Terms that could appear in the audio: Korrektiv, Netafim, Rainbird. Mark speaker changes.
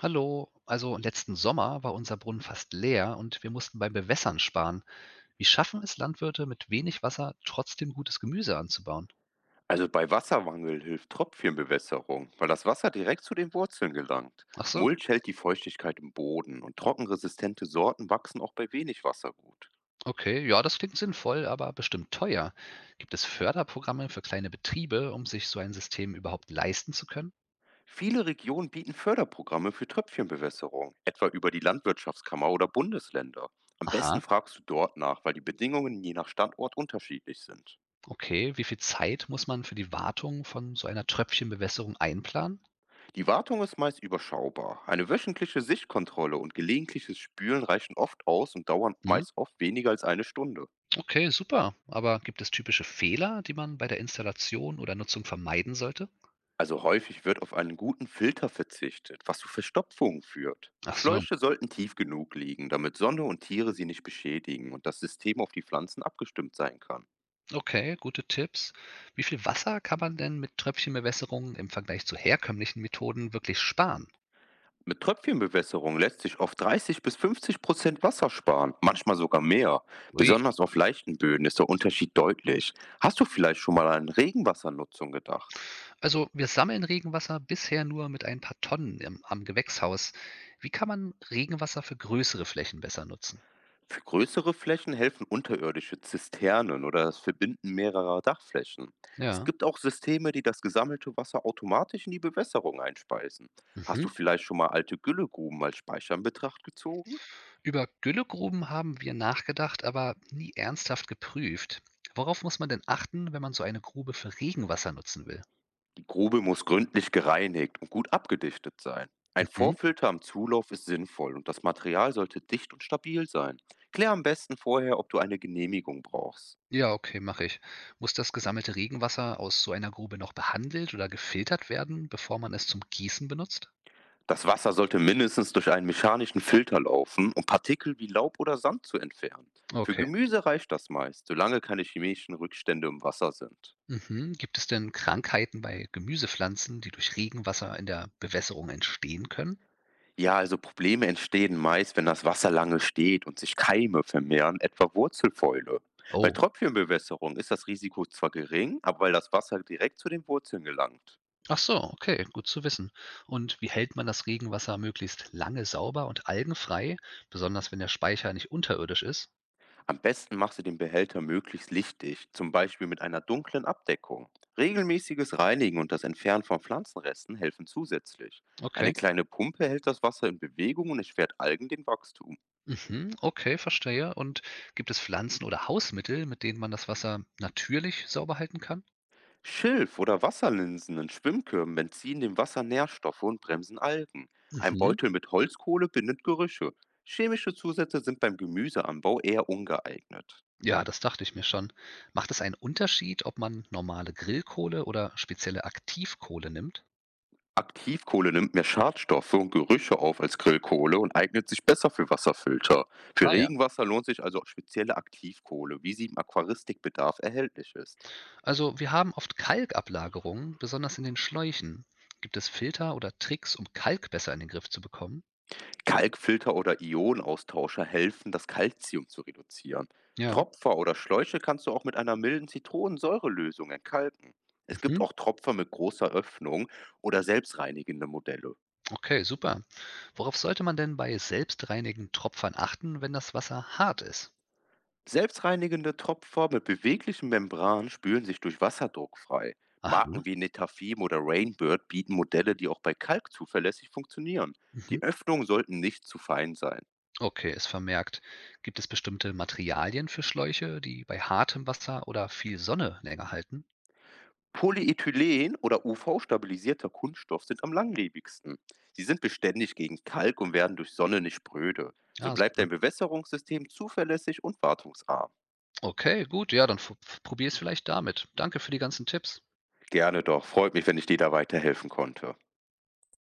Speaker 1: Hallo, also letzten Sommer war unser Brunnen fast leer und wir mussten beim Bewässern sparen. Wie schaffen es Landwirte mit wenig Wasser trotzdem gutes Gemüse anzubauen?
Speaker 2: Also bei Wassermangel hilft Tropfchenbewässerung, weil das Wasser direkt zu den Wurzeln gelangt.
Speaker 1: Ach so,
Speaker 2: Mulch hält die Feuchtigkeit im Boden und trockenresistente Sorten wachsen auch bei wenig Wasser gut.
Speaker 1: okay, ja, das klingt sinnvoll, aber bestimmt teuer. Gibt es Förderprogramme für kleine Betriebe, um sich so ein System überhaupt leisten zu können?
Speaker 2: Viele Regionen bieten Förderprogramme für Tröpfchenbewässerung, etwa über die Landwirtschaftskammer oder Bundesländer. Am
Speaker 1: Aha,
Speaker 2: besten fragst du dort nach, weil die Bedingungen je nach Standort unterschiedlich sind.
Speaker 1: okay, wie viel Zeit muss man für die Wartung von so einer Tröpfchenbewässerung einplanen?
Speaker 2: Die Wartung ist meist überschaubar. Eine wöchentliche Sichtkontrolle und gelegentliches Spülen reichen oft aus und dauern
Speaker 1: Hm,
Speaker 2: meist oft weniger als eine Stunde.
Speaker 1: okay, super. Aber gibt es typische Fehler, die man bei der Installation oder Nutzung vermeiden sollte?
Speaker 2: Also häufig wird auf einen guten Filter verzichtet, was zu Verstopfung führt.
Speaker 1: Ach so.
Speaker 2: Schläuche sollten tief genug liegen, damit Sonne und Tiere sie nicht beschädigen und das System auf die Pflanzen abgestimmt sein kann.
Speaker 1: Okay, gute Tipps. Wie viel Wasser kann man denn mit Tröpfchenbewässerung im Vergleich zu herkömmlichen Methoden wirklich sparen?
Speaker 2: Mit Tröpfchenbewässerung lässt sich oft 30 bis 50% Wasser sparen, manchmal sogar mehr.
Speaker 1: Ui.
Speaker 2: Besonders auf leichten Böden ist der Unterschied deutlich. Hast du vielleicht schon mal an Regenwassernutzung gedacht?
Speaker 1: Also wir sammeln Regenwasser bisher nur mit ein paar Tonnen am Gewächshaus. Wie kann man Regenwasser für größere Flächen besser nutzen?
Speaker 2: Für größere Flächen helfen unterirdische Zisternen oder das Verbinden mehrerer Dachflächen. Es
Speaker 1: Ja.
Speaker 2: gibt auch Systeme, die das gesammelte Wasser automatisch in die Bewässerung einspeisen. Hast
Speaker 1: Mhm.
Speaker 2: du vielleicht schon mal alte Güllegruben als Speicher in Betracht gezogen?
Speaker 1: Über Güllegruben haben wir nachgedacht, aber nie ernsthaft geprüft. Worauf muss man denn achten, wenn man so eine Grube für Regenwasser nutzen will?
Speaker 2: Die Grube muss gründlich gereinigt und gut abgedichtet sein. Ein
Speaker 1: Mhm.
Speaker 2: Vorfilter am Zulauf ist sinnvoll und das Material sollte dicht und stabil sein. Klär am besten vorher, ob du eine Genehmigung brauchst.
Speaker 1: Ja, okay, mache ich. Muss das gesammelte Regenwasser aus so einer Grube noch behandelt oder gefiltert werden, bevor man es zum Gießen benutzt?
Speaker 2: Das Wasser sollte mindestens durch einen mechanischen Filter laufen, um Partikel wie Laub oder Sand zu entfernen. Für
Speaker 1: Okay.
Speaker 2: Gemüse reicht das meist, solange keine chemischen Rückstände im Wasser sind.
Speaker 1: Mhm. Gibt es denn Krankheiten bei Gemüsepflanzen, die durch Regenwasser in der Bewässerung entstehen können?
Speaker 2: Ja, also Probleme entstehen meist, wenn das Wasser lange steht und sich Keime vermehren, etwa Wurzelfäule. Bei
Speaker 1: Oh.
Speaker 2: Tröpfchenbewässerung ist das Risiko zwar gering, aber weil das Wasser direkt zu den Wurzeln gelangt.
Speaker 1: Ach so, okay, gut zu wissen. Und wie hält man das Regenwasser möglichst lange sauber und algenfrei, besonders wenn der Speicher nicht unterirdisch ist?
Speaker 2: Am besten machst du den Behälter möglichst lichtdicht, zum Beispiel mit einer dunklen Abdeckung. Regelmäßiges Reinigen und das Entfernen von Pflanzenresten helfen zusätzlich.
Speaker 1: Okay.
Speaker 2: Eine kleine Pumpe hält das Wasser in Bewegung und erschwert Algen den Wachstum.
Speaker 1: Mhm, okay, verstehe. Und gibt es Pflanzen oder Hausmittel, mit denen man das Wasser natürlich sauber halten kann?
Speaker 2: Schilf oder Wasserlinsen in Schwimmkörben entziehen dem Wasser Nährstoffe und bremsen Algen. Ein
Speaker 1: Mhm.
Speaker 2: Beutel mit Holzkohle bindet Gerüche. Chemische Zusätze sind beim Gemüseanbau eher ungeeignet.
Speaker 1: Ja, das dachte ich mir schon. Macht es einen Unterschied, ob man normale Grillkohle oder spezielle Aktivkohle nimmt?
Speaker 2: Aktivkohle nimmt mehr Schadstoffe und Gerüche auf als Grillkohle und eignet sich besser für Wasserfilter.
Speaker 1: Ah
Speaker 2: Für
Speaker 1: ja.
Speaker 2: Regenwasser lohnt sich also spezielle Aktivkohle, wie sie im Aquaristikbedarf erhältlich ist.
Speaker 1: Also, wir haben oft Kalkablagerungen, besonders in den Schläuchen. Gibt es Filter oder Tricks, um Kalk besser in den Griff zu bekommen?
Speaker 2: Kalkfilter oder Ionenaustauscher helfen, das Kalzium zu reduzieren.
Speaker 1: Ja.
Speaker 2: Tropfer oder Schläuche kannst du auch mit einer milden Zitronensäurelösung entkalken. Es gibt
Speaker 1: Mhm.
Speaker 2: auch Tropfer mit großer Öffnung oder selbstreinigende Modelle.
Speaker 1: Okay, super. Worauf sollte man denn bei selbstreinigenden Tropfern achten, wenn das Wasser hart ist?
Speaker 2: Selbstreinigende Tropfer mit beweglichen Membranen spülen sich durch Wasserdruck frei.
Speaker 1: Aha.
Speaker 2: Marken wie Netafim oder Rainbird bieten Modelle, die auch bei Kalk zuverlässig funktionieren.
Speaker 1: Mhm.
Speaker 2: Die Öffnungen sollten nicht zu fein sein.
Speaker 1: Okay, ist vermerkt. Gibt es bestimmte Materialien für Schläuche, die bei hartem Wasser oder viel Sonne länger halten?
Speaker 2: Polyethylen oder UV-stabilisierter Kunststoff sind am langlebigsten. Sie sind beständig gegen Kalk und werden durch Sonne nicht spröde. So
Speaker 1: Ja,
Speaker 2: bleibt
Speaker 1: super.
Speaker 2: dein Bewässerungssystem zuverlässig und wartungsarm.
Speaker 1: Okay, gut, ja, dann f probiere es vielleicht damit. Danke für die ganzen Tipps.
Speaker 2: Gerne doch, freut mich, wenn ich dir da weiterhelfen konnte.